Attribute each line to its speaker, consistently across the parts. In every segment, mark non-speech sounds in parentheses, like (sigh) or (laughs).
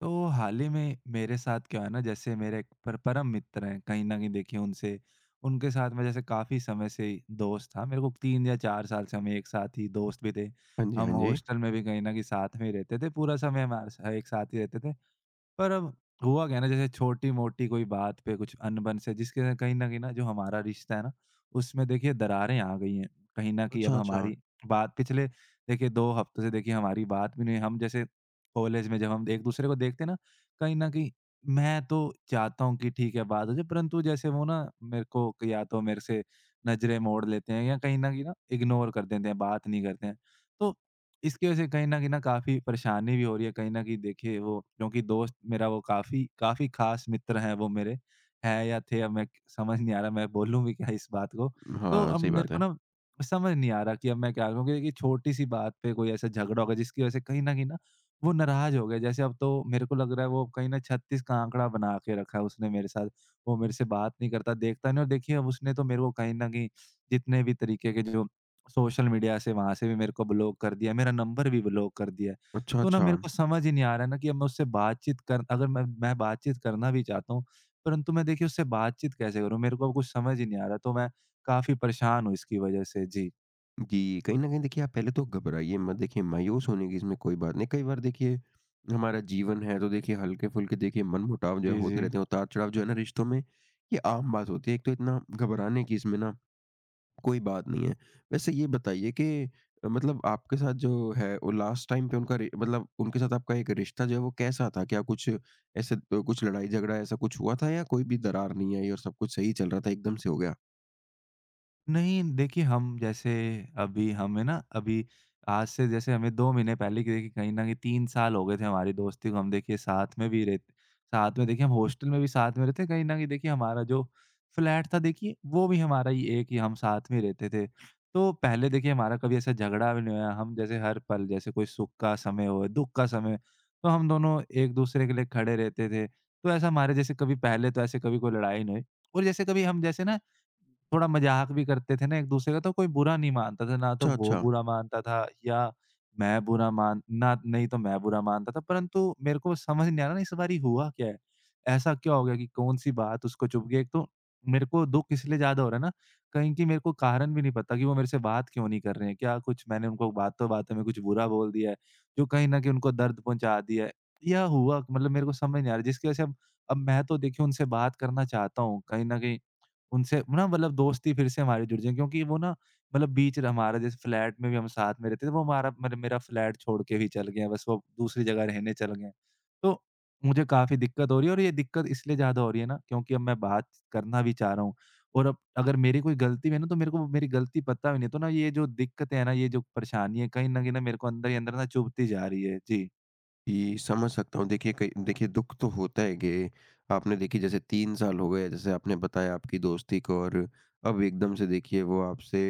Speaker 1: तो हाल ही में मेरे साथ क्या है ना, जैसे मेरे एक पर परम मित्र हैं। कहीं ना कहीं देखिए उनसे उनके साथ मैं जैसे काफी समय से ही दोस्त था। मेरे को 3 या 4 साल से हम एक साथ ही दोस्त भी थे।
Speaker 2: हाँ जी,
Speaker 1: हम
Speaker 2: हाँ जी।
Speaker 1: हॉस्टल में भी कहीं ना कहीं साथ में ही रहते थे। पूरा समय हमारे एक साथ ही रहते थे। पर अब हुआ क्या है ना, जैसे छोटी-मोटी कोई बात पे कुछ अनबन से जिसके ना कहीं न कहीं ना जो हमारा रिश्ता है ना, उसमें देखिए दरारें आ गई हैं। कहीं न कहीं अब
Speaker 2: अच्छा, अच्छा।
Speaker 1: हमारी बात पिछले देखिए 2 हफ्तों से देखिए हमारी बात भी नहीं हुई। हम जैसे कॉलेज में जब हम एक-दूसरे को देखते हैं ना, कहीं न कहीं मैं तो चाहता हूँ कि ठीक है बात हो जाए, परंतु जैसे वो ना मेरे को या तो मेरे से नज़रें मोड़ लेते हैं या कहीं न कहीं ना इग्नोर कर देते हैं, बात नहीं करते हैं। तो इसकी वजह से कहीं न कहीं ना काफ़ी परेशानी भी हो रही है। कहीं न कहीं देखिए वो क्योंकि दोस्त मेरा वो काफ़ी काफ़ी ख़ास मित्र हैं वो मेरे, हैं या थे अब मैं समझ नहीं आ रहा मैं बोलूँ भी क्या इस बात को। तो
Speaker 2: हाँ,
Speaker 1: अब
Speaker 2: सही
Speaker 1: मेरे
Speaker 2: बात
Speaker 1: को
Speaker 2: है।
Speaker 1: ना समझ नहीं आ रहा कि अब मैं क्या करूँ? क्योंकि छोटी-सी बात पे कोई ऐसा झगड़ा हो गया जिसकी वजह से कहीं न कहीं ना वो नाराज़ हो गए। जैसे अब तो मेरे को लग रहा है वो कहीं ना 36 का आँकड़ा बना के रखा है उसने मेरे साथ। वो मेरे से बात नहीं करता, देखता नहीं, और देखिए अब उसने तो मेरे को कहीं न कहीं जितने भी तरीके के जो सोशल मीडिया से वहाँ से भी मेरे को ब्लॉक कर दिया, मेरा नंबर भी ब्लॉक कर दिया है।
Speaker 2: अच्छा,
Speaker 1: तो ना
Speaker 2: अच्छा।
Speaker 1: मेरे को समझ ही नहीं आ रहा है ना कि अब मैं उससे बातचीत कर अगर मैं बातचीत करना भी चाहता हूँ, परंतु मैं देखिए उससे बातचीत कैसे करूँ? मेरे को अब कुछ समझ ही नहीं आ रहा, तो मैं काफ़ी परेशान हूँ इसकी वजह से। जी।
Speaker 2: जी, कहीं न कहीं देखिए आप पहले तो घबराइए मत, देखिए मायूस होने की इसमें कोई बात नहीं। कई बार देखिए हमारा जीवन है तो देखिए हल्के-फुल्के देखिए मनमुटाव जो है
Speaker 1: जी, जी।
Speaker 2: होते रहते हैं, उतार-चढ़ाव जो है ना रिश्तों में ये आम बात होती है। एक तो इतना घबराने की इसमें ना कोई बात नहीं है। वैसे ये बताइए कि मतलब आपके साथ जो है वो लास्ट टाइम पे उनका रि मतलब उनके साथ आपका एक रिश्ता जो है वो कैसा था? क्या कुछ ऐसे कुछ लड़ाई-झगड़ा ऐसा कुछ हुआ था या कोई भी दरार नहीं आई और सब कुछ सही चल रहा था एकदम से हो गया?
Speaker 1: नहीं, देखिए हम जैसे अभी हमें ना अभी आज से जैसे हमें 2 महीने पहले कि देखिए कहीं न कहीं 3 साल हो गए थे हमारी दोस्ती को। हम देखिए साथ में भी रहते, साथ में देखिए हम हॉस्टल में भी साथ में रहते। कहीं न कहीं देखिए हमारा जो फ्लैट था देखिए वो भी हमारा ही एक ही हम साथ में रहते थे। तो पहले देखिए हमारा कभी ऐसा झगड़ा भी नहीं हुआ। हम जैसे हर पल जैसे कोई सुख का समय हो, दुःख का समय, तो हम दोनों एक-दूसरे के लिए खड़े रहते थे। तो ऐसा हमारे जैसे कभी पहले तो ऐसे कभी कोई लड़ाई नहीं हुई, और जैसे कभी हम जैसे ना थोड़ा मज़ाक भी करते थे ना एक-दूसरे का, तो कोई बुरा नहीं मानता था, ना तो
Speaker 2: अच्छा,
Speaker 1: वो
Speaker 2: अच्छा।
Speaker 1: बुरा मानता था या मैं बुरा मान ना, नहीं तो मैं बुरा मानता था। परंतु मेरे को समझ नहीं आ रहा ना इस बारी हुआ क्या है? ऐसा क्या हो गया कि कौन-सी बात उसको चुभ गई? एक तो मेरे को दुःख इसलिए ज़्यादा हो रहा है ना, कहीं कि मेरे को कारण भी नहीं पता कि वो मेरे से बात क्यों नहीं कर रहे हैं? क्या कुछ मैंने उनको बातों-बातों में कुछ बुरा बोल दिया है, जो कहीं न कहीं उनको दर्द पहुँचा दिया है? या हुआ मतलब मेरे को समझ नहीं आ रहा जिसकी वज़ह से अब मैं तो देखिए उनसे बात करना चाहता हूँ, कहीं न कहीं उनसे ना मतलब दोस्ती फिर से हमारी जुड़ जाए, क्योंकि वो ना मतलब हमारा जैसे फ्लैट में भी हम साथ में रहते थे, वो हमारा मेरे मेरा फ्लैट छोड़ के भी चल गए हैं, बस वो दूसरी जगह रहने चल गए हैं। तो मुझे काफ़ी दिक्कत हो रही है, और ये दिक्कत इसलिए ज़्यादा हो रही है ना, क्योंकि अब मैं बात करना भी चाह रहा हूँ, और अब अगर मेरी कोई गलती भी है ना, तो मेरे को मेरी गलती पता भी नहीं, तो ना ये जो दिक्कतें हैं ना, ये जो परेशानी है, कहीं न कहीं ना मेरे को अंदर ही अंदर ना चुभती जा रही है। जी।
Speaker 2: जी, समझ सकता हूँ। देखिए कई देखिए दुःख तो होता है कि आपने देखिए जैसे 3 साल हो गए, जैसे आपने बताया आपकी दोस्ती को और अब एकदम से देखिए वो आपसे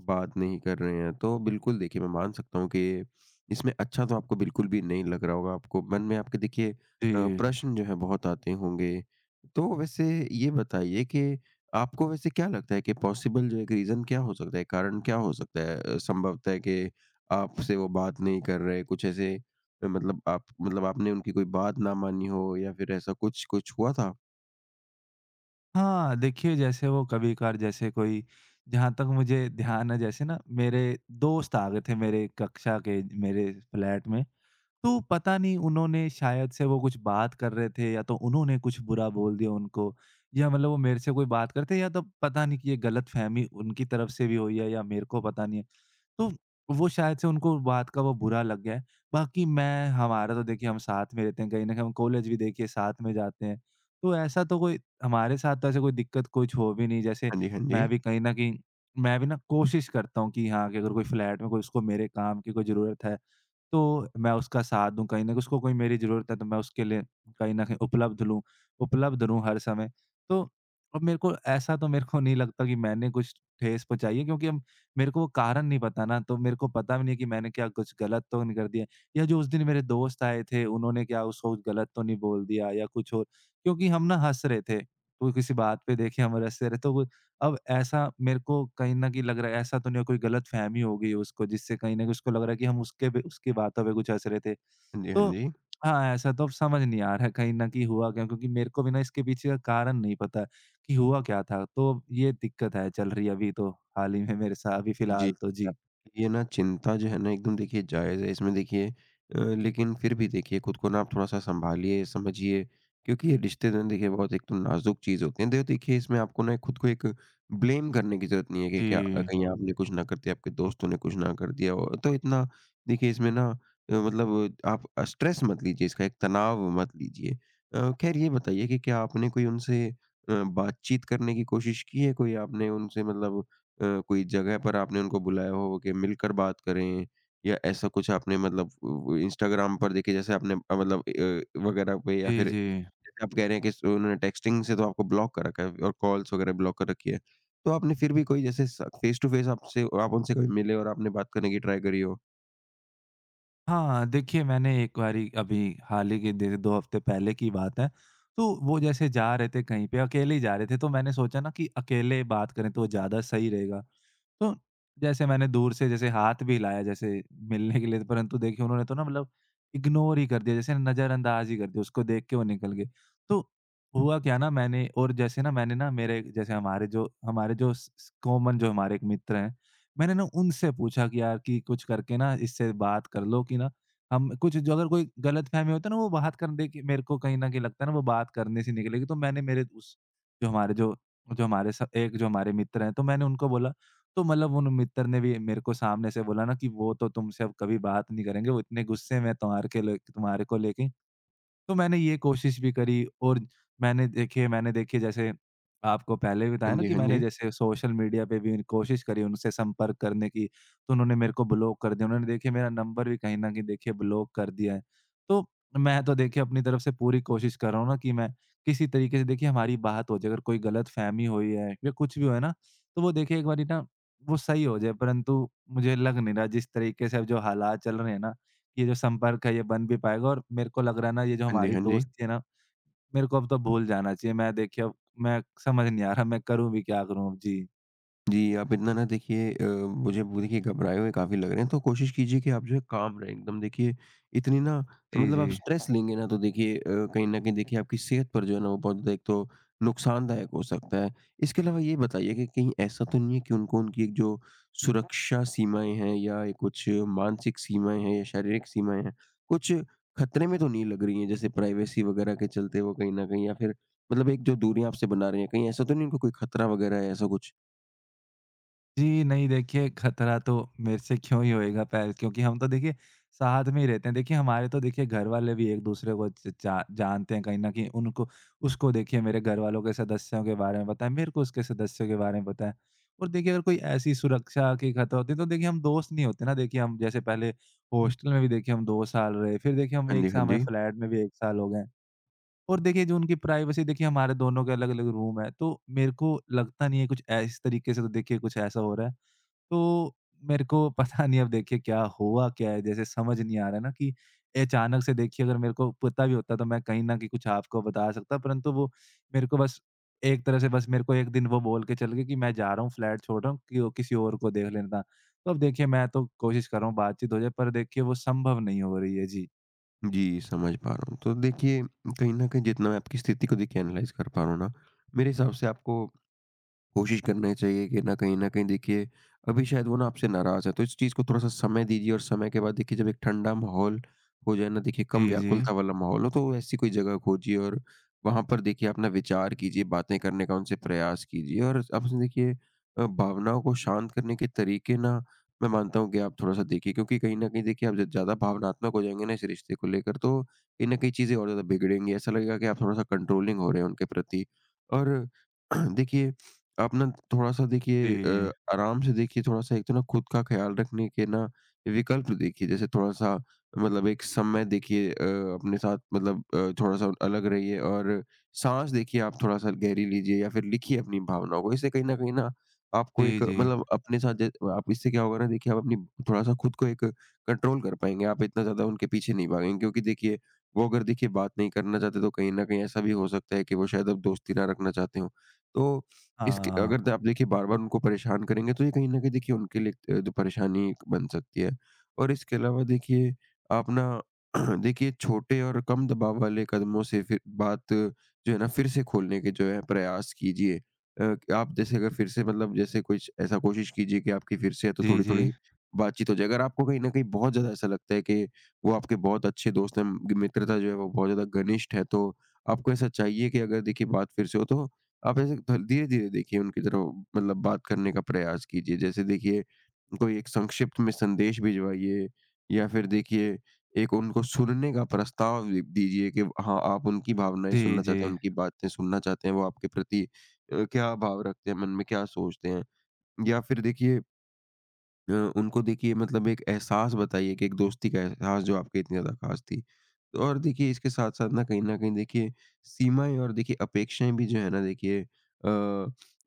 Speaker 2: बात नहीं कर रहे हैं। तो बिल्कुल देखिए मैं मान सकता हूँ कि इसमें अच्छा तो आपको बिल्कुल भी नहीं लग रहा होगा। आपको मन में आपके देखिए
Speaker 1: जी।
Speaker 2: प्रश्न जो है बहुत आते होंगे। तो वैसे ये बताइए कि आपको वैसे क्या लगता है कि पॉसिबल जो एक रीज़न क्या हो सकता है? कारण क्या हो सकता है संभवतः कि आपसे वो बात नहीं कर रहे? कुछ ऐसे मतलब आप मतलब आपने उनकी कोई बात ना मानी हो या फिर ऐसा कुछ कुछ हुआ था?
Speaker 1: हाँ, देखिए जैसे वो कभी-कभार जैसे कोई, जहाँ तक मुझे ध्यान है जैसे ना मेरे दोस्त आ गए थे मेरे कक्षा के, मेरे फ्लैट में। तो पता नहीं उन्होंने शायद से वो कुछ बात कर रहे थे, या तो उन्होंने कुछ बुरा बोल दिया उनको, या मतलब वो मेरे से कोई बात करते, या तो पता नहीं कि ये गलतफ़हमी उनकी तरफ से भी हुई है या मेरे को पता नहीं है। तो वो शायद से उनको बात का वो बुरा लग गया है। बाकी मैं हमारा तो देखिए हम साथ में रहते हैं, कहीं न कहीं हम कॉलेज भी देखिए साथ में जाते हैं। तो ऐसा तो कोई हमारे साथ तो ऐसे कोई दिक्कत कुछ हो भी नहीं, जैसे
Speaker 2: हाँ जी, हाँ
Speaker 1: मैं
Speaker 2: जी।
Speaker 1: भी कहीं न कहीं मैं भी ना कोशिश करता हूँ कि हाँ, कि अगर कोई फ्लैट में कोई उसको मेरे काम की कोई ज़रूरत है तो मैं उसका साथ दूँ, कहीं न कहीं उसको कोई मेरी ज़रूरत है तो मैं उसके लिए कहीं न कहीं उपलब्ध रहूँ हर समय। तो अब मेरे को ऐसा तो मेरे को नहीं लगता कि मैंने कुछ ठेस पहुँचाई है, क्योंकि अब मेरे को वो कारण नहीं पता ना, तो मेरे को पता भी नहीं है कि मैंने क्या कुछ गलत तो नहीं कर दिया, या जो उस दिन मेरे दोस्त आए थे उन्होंने क्या उसको कुछ गलत तो नहीं बोल दिया, या कुछ और। क्योंकि हम ना हँस रहे थे, तो किसी बात पे देखिए हम हँस रहे, तो वो अब ऐसा मेरे को कहीं न कहीं लग रहा है ऐसा तो नहीं है कोई गलतफ़हमी हो गई है उसको, जिससे कहीं न कहीं उसको लग रहा है कि हम उसके पे उसकी बातों पे कुछ हँस रहे थे।
Speaker 2: हाँ जी, हाँ
Speaker 1: तो
Speaker 2: जी।
Speaker 1: हाँ, ऐसा तो अब समझ नहीं आ रहा है, कहीं न कहीं हुआ क्या? क्योंकि मेरे को भी ना इसके पीछे का कारण नहीं पता कि हुआ क्या था? तो ये दिक्कत है चल रही है अभी, तो हाल ही में मेरे साथ अभी
Speaker 2: जी,
Speaker 1: फ़िलहाल तो। जी।
Speaker 2: आपकी ये ना चिंता जो है ना एकदम देखिए जायज़ है। इसमें देखिए लेकिन फिर भी देखिए खुद को ना आप थोड़ा-सा सँभालिए, समझिए क्योंकि ये रिश्ते जो हैं देखिए बहुत एक तो नाज़ुक चीज़ होती है। दे देखिए इसमें आपको ना खुद को एक ब्लेम करने की ज़रूरत नहीं है कि क्या
Speaker 1: जी।
Speaker 2: कहीं आपने कुछ ना कर दिया, आपके दोस्तों ने कुछ ना कर दिया हो। तो इतना देखिए इसमें ना मतलब आप स्ट्रेस मत लीजिए, इसका एक तनाव मत लीजिए। ख़ैर ये बताइए कि क्या आपने कोई उनसे बातचीत करने की कोशिश की है? कोई आपने उनसे मतलब कोई जगह पर आपने उनको बुलाया हो कि मिलकर बात करें या ऐसा कुछ आपने मतलब व इंस्टाग्राम पर देखिए जैसे आपने मतलब वगैरह पे या
Speaker 1: जी,
Speaker 2: फिर
Speaker 1: जी।
Speaker 2: जैसे आप कह रहे हैं कि स उन्होंने टेक्स्टिंग से तो आपको ब्लॉक कर रखा है और कॉल्स वगैरह ब्लॉक कर रखी है। तो आपने फिर भी कोई जैसे स फेस टू फेस आपसे आप उनसे कभी मिले और आपने बात करने की ट्राई करी हो?
Speaker 1: हाँ, देखिए मैंने एक बारी अभी हाल ही के दे 2 हफ्ते पहले की बात है, तो वो जैसे जा रहे थे कहीं पे, अकेले ही जा रहे थे, तो मैंने सोचा ना कि अकेले बात करें तो ज़्यादा सही रहेगा। तो जैसे मैंने दूर से जैसे हाथ भी हिलाया जैसे मिलने के लिए, परंतु देखिए उन्होंने तो ना मतलब इग्नोर ही कर दिया, जैसे नज़रअंदाज ही कर दिया, उसको देख के वो निकल गए। तो हुआ क्या ना, मैंने और जैसे ना मैंने ना मेरे जैसे हमारे जो स स कॉमन जो हमारे एक मित्र हैं, मैंने ना उनसे पूछा कि यार कि कुछ करके ना इससे बात कर लो, कि ना हम कुछ जो अगर कोई गलतफ़हमी होता है ना वो बात कर, देखिए मेरे को कहीं न कहीं लगता है ना वो बात करने से निकलेगी। तो मैंने मेरे उस जो हमारे जो जो हमारे स एक जो हमारे मित्र हैं, तो मैंने उनको बोला, तो मतलब उन मित्र ने भी मेरे को सामने से बोला ना कि वो तो तुमसे अब कभी बात नहीं करेंगे, वो इतने गुस्से में हैं तुम्हारे के ले तुम्हारे को लेके। तो मैंने ये कोशिश भी करी, और मैंने देखिए जैसे आपको पहले भी बताया
Speaker 2: हाँ
Speaker 1: ना
Speaker 2: जी,
Speaker 1: कि
Speaker 2: हाँ
Speaker 1: मैंने
Speaker 2: जी।
Speaker 1: जैसे सोशल मीडिया पे भी कोशिश करी उनसे संपर्क करने की, तो उन्होंने मेरे को ब्लॉक कर दिया। उन्होंने देखिए मेरा नंबर भी कहीं न कहीं देखिए ब्लॉक कर दिया है। तो मैं तो देखिए अपनी तरफ से पूरी कोशिश कर रहा हूँ ना कि मैं किसी तरीके से देखिए हमारी बात हो जाए, अगर कोई गलतफ़हमी हुई है या कुछ भी हुआ है ना, तो वो देखिए एक बारी ना वो सही हो जाए, परंतु मुझे लग नहीं रहा जिस तरीके से अब जो हालात चल रहे हैं ना ये जो संपर्क है ये बन भी पाएगा, और मेरे को लग रहा है ना ये जो
Speaker 2: हाँ जी,
Speaker 1: हमारी
Speaker 2: हाँ जी।
Speaker 1: दोस्ती है ना, मेरे को अब तो भूल जाना चाहिए। मैं देखिए अब मैं समझ नहीं आ रहा मैं करूँ भी क्या करूँ अब? जी।
Speaker 2: जी, आप इतना ना देखिए मुझे वो देखिए घबराए हुए काफ़ी लग रहे हैं, तो कोशिश कीजिए कि आप जो है काम रहें एकदम देखिए इतनी ना
Speaker 1: जी,
Speaker 2: मतलब
Speaker 1: जी।
Speaker 2: आप स्ट्रेस लेंगे ना तो देखिए कहीं न कहीं देखिए आपकी सेहत पर जो है ना वो बहुत ज़्यादा एक तो नुकसानदायक हो सकता है। इसके अलावा ये बताइए कि कहीं ऐसा तो नहीं है कि उनको उनकी एक जो सुरक्षा सीमाएँ हैं या ये कुछ मानसिक सीमाएँ हैं या शारीरिक सीमाएँ हैं, कुछ खतरे में तो नहीं लग रही हैं? जैसे प्राइवेसी वगैरह के चलते वो कहीं न कहीं या फिर मतलब एक जो दूरियाँ आपसे बना रहे हैं, कहीं ऐसा तो नहीं उनको कोई खतरा वगैरह है ऐसा कुछ?
Speaker 1: जी, नहीं देखिए खतरा तो मेरे से क्यों ही होएगा पहल, क्योंकि हम तो देखिए साथ में ही रहते हैं। देखिए हमारे तो देखिए घर वाले भी एक-दूसरे को ज जा जानते हैं, कहीं न कहीं उनको उसको देखिए मेरे घर वालों के सदस्यों के बारे में पता है, मेरे को उसके सदस्यों के बारे में पता है। और देखिए अगर कोई ऐसी सुरक्षा की खतरा होती है तो देखिए हम दोस्त नहीं होते ना, देखिए हम जैसे पहले हॉस्टल में भी देखिए हम 2 साल रहे, फिर देखिए हम
Speaker 2: हाँ
Speaker 1: 1
Speaker 2: जी,
Speaker 1: साल
Speaker 2: हाँ
Speaker 1: हमें
Speaker 2: जी।
Speaker 1: फ्लैट में भी 1 साल हो गए। और देखिए जो उनकी प्राइवेसी, देखिए हमारे दोनों के अलग-अलग रूम है, तो मेरे को लगता नहीं है कुछ इस तरीके से तो देखिए कुछ ऐसा हो रहा है। तो मेरे को (laughs) पता नहीं अब देखिए क्या हुआ क्या है? जैसे समझ नहीं आ रहा है ना कि अचानक से देखिए, अगर मेरे को पता भी होता तो मैं कहीं न कहीं कुछ आपको बता सकता, परंतु वो मेरे को बस एक तरह से बस मेरे को एक दिन वो बोल के चल गए कि मैं जा रहा हूँ, फ्लैट छोड़ रहा हूँ कि वो किसी और को देख लेना। तो अब देखिए मैं तो कोशिश कर रहा हूँ बातचीत हो जाए, पर देखिए वो संभव नहीं हो रही है। जी।
Speaker 2: जी, समझ पा रहा हूँ। तो देखिए, कहीं न कहीं जितना मैं आपकी स्थिति को देखिए एनालाइज़ कर पा रहा हूँ ना, मेरे हिसाब से आपको कोशिश करनी चाहिए कि ना कहीं न कहीं देखिए, अभी शायद वो ना आपसे नाराज़ है, तो इस चीज़ को थोड़ा-सा समय दीजिए और समय के बाद देखिए जब एक ठंडा माहौल हो जाए ना देखिए कम
Speaker 1: जी, जी।
Speaker 2: व्याकुलता वाला माहौल हो, तो ऐसी कोई जगह खोजिए और वहाँ पर देखिए अपना विचार कीजिए, बातें करने का उनसे प्रयास कीजिए और अब देखिए भावनाओं को शांत करने के तरीके ना मैं मानता हूँ कि आप थोड़ा-सा देखिए क्योंकि कहीं न कहीं देखिए आप जब ज़्यादा भावनात्मक हो जाएँगे ना इस रिश्ते को लेकर तो कहीं न कहीं चीज़ें और ज़्यादा बिगड़ेंगी। ऐसा लगेगा कि आप थोड़ा-सा कंट्रोलिंग हो रहे हैं उनके प्रति और (clears throat) देखिए आप ना थोड़ा-सा देखिए
Speaker 1: जी।
Speaker 2: आराम से देखिए थोड़ा-सा एक तो ना खुद का ख़्याल रखने के ना विकल्प देखिए, जैसे थोड़ा-सा मतलब एक समय देखिए अपने साथ मतलब थोड़ा-सा अलग रहिए और साँस देखिए आप थोड़ा-सा गहरी लीजिए या फिर लिखिए अपनी भावनाओं को। इससे कहीं न कहीं ना आपको
Speaker 1: जी,
Speaker 2: एक
Speaker 1: जी।
Speaker 2: मतलब अपने साथ ज आप इससे क्या होगा ना देखिए आप अपनी थोड़ा-सा खुद को एक कंट्रोल कर पाएँगे, आप इतना ज़्यादा उनके पीछे नहीं भागेंगे क्योंकि देखिए वो अगर देखिए बात नहीं करना चाहते तो कहीं न कहीं ऐसा भी हो सकता है कि वो शायद अब दोस्ती ना रखना चाहते हों। तो इसके
Speaker 1: हाँ।
Speaker 2: अगर द आप देखिए बार-बार उनको परेशान करेंगे तो ये कहीं न कहीं देखिए उनके लिए एक जो परेशानी एक बन सकती है। और इसके अलावा देखिए आप ना (clears throat) देखिए छोटे और कम दबाव वाले कदमों से फिर बात जो है ना फिर से खोलने के जो है प्रयास कीजिए। कि आप जैसे अगर फिर से मतलब जैसे कुछ ऐसा कोशिश कीजिए कि आपकी फिर से तो
Speaker 1: जी, जी।
Speaker 2: थोड़ी-थोड़ी बातचीत हो जाए। अगर आपको कहीं न कहीं बहुत ज़्यादा ऐसा लगता है कि वो आपके बहुत अच्छे दोस्त हैं, मित्रता जो है वो बहुत ज़्यादा घनिष्ठ है, तो आपको ऐसा चाहिए कि अगर देखिए बात फिर से हो तो आप ऐसे धीरे धीरे देखिए उनकी तरफ मतलब बात करने का प्रयास कीजिए जैसे देखिए कोई एक संक्षिप्त में संदेश भिजवाइए या फिर देखिए एक उनको सुनने का प्रस्ताव दीजिए कि हाँ आप उनकी भावनाएं
Speaker 1: जी,
Speaker 2: सुनना
Speaker 1: जी।
Speaker 2: चाहते हैं उनकी बातें सुनना चाहते हैं वो आपके प्रति क्या भाव रखते हैं मन में क्या सोचते हैं या फिर देखिए उनको देखिए मतलब एक एहसास बताइए कि एक दोस्ती का एहसास जो आपके इतनी ज़्यादा ख़ास थी। तो और देखिए इसके साथ-साथ ना कहीं न कहीं देखिए सीमाएँ और देखिए अपेक्षाएँ भी जो है ना देखिए अ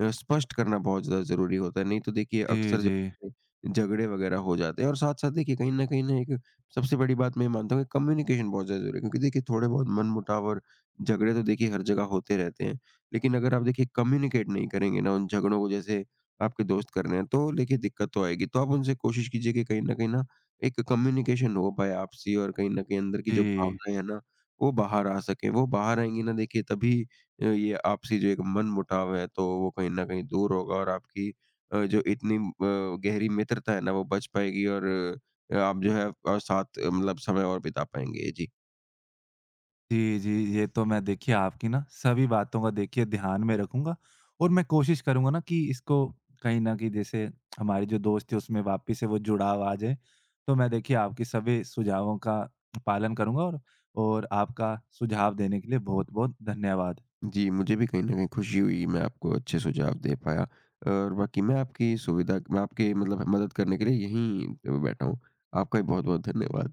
Speaker 2: अ, स्पष्ट करना बहुत ज़्यादा ज़रूरी होता है। नहीं तो देखिए
Speaker 1: जी,
Speaker 2: अक्सर जो
Speaker 1: जी।
Speaker 2: है झगड़े वग़ैरह हो जाते हैं और साथ-साथ देखिए कहीं न कहीं ना एक सबसे बड़ी बात मैं ये मानता हूँ कि कम्युनिकेशन बहुत ज़्यादा ज़रूरी है क्योंकि देखिए थोड़े बहुत मनमुटाव और झगड़े तो देखिए हर जगह होते रहते हैं। लेकिन अगर आप देखिए कम्युनिकेट नहीं करेंगे ना उन झगड़ों को जैसे आपके दोस्त कर रहे हैं तो देखिए दिक्कत तो आएगी। तो आप उनसे कोशिश कीजिए कि कहीं न कहीं ना एक कम्युनिकेशन हो पाए आपसी और कहीं न कहीं अंदर की जो
Speaker 1: जी।
Speaker 2: भावनाएँ हैं ना, वो बाहर आ सकें। वो बाहर आएँगी ना देखिए तभी ये आपसी जो एक मनमुटाव है तो वो कहीं न कहीं दूर होगा और आपकी जो इतनी गहरी मित्रता है ना वो बच पाएगी और आप जो है साथ मतलब समय और बिता पाएँगे। जी।
Speaker 1: जी, जी। ये तो मैं देखिए आपकी ना सभी बातों का देखिए ध्यान में रखूँगा, और मैं कोशिश करूँगा ना कि इसको कहीं न कहीं जैसे हमारी जो दोस्ती है उसमें वापस से वो जुड़ाव आ जाए। तो मैं देखिए आपके सभी सुझावों का पालन करूँगा, और आपका सुझाव देने के लिए बहुत-बहुत धन्यवाद।
Speaker 2: जी, मुझे भी कहीं न कहीं खुशी हुई मैं आपको अच्छे सुझाव दे पाया और बाकी मैं आपकी सुविधा मैं आपके मतलब मदद करने के लिए यहीं बैठा हूँ। आपका भी बहुत-बहुत धन्यवाद।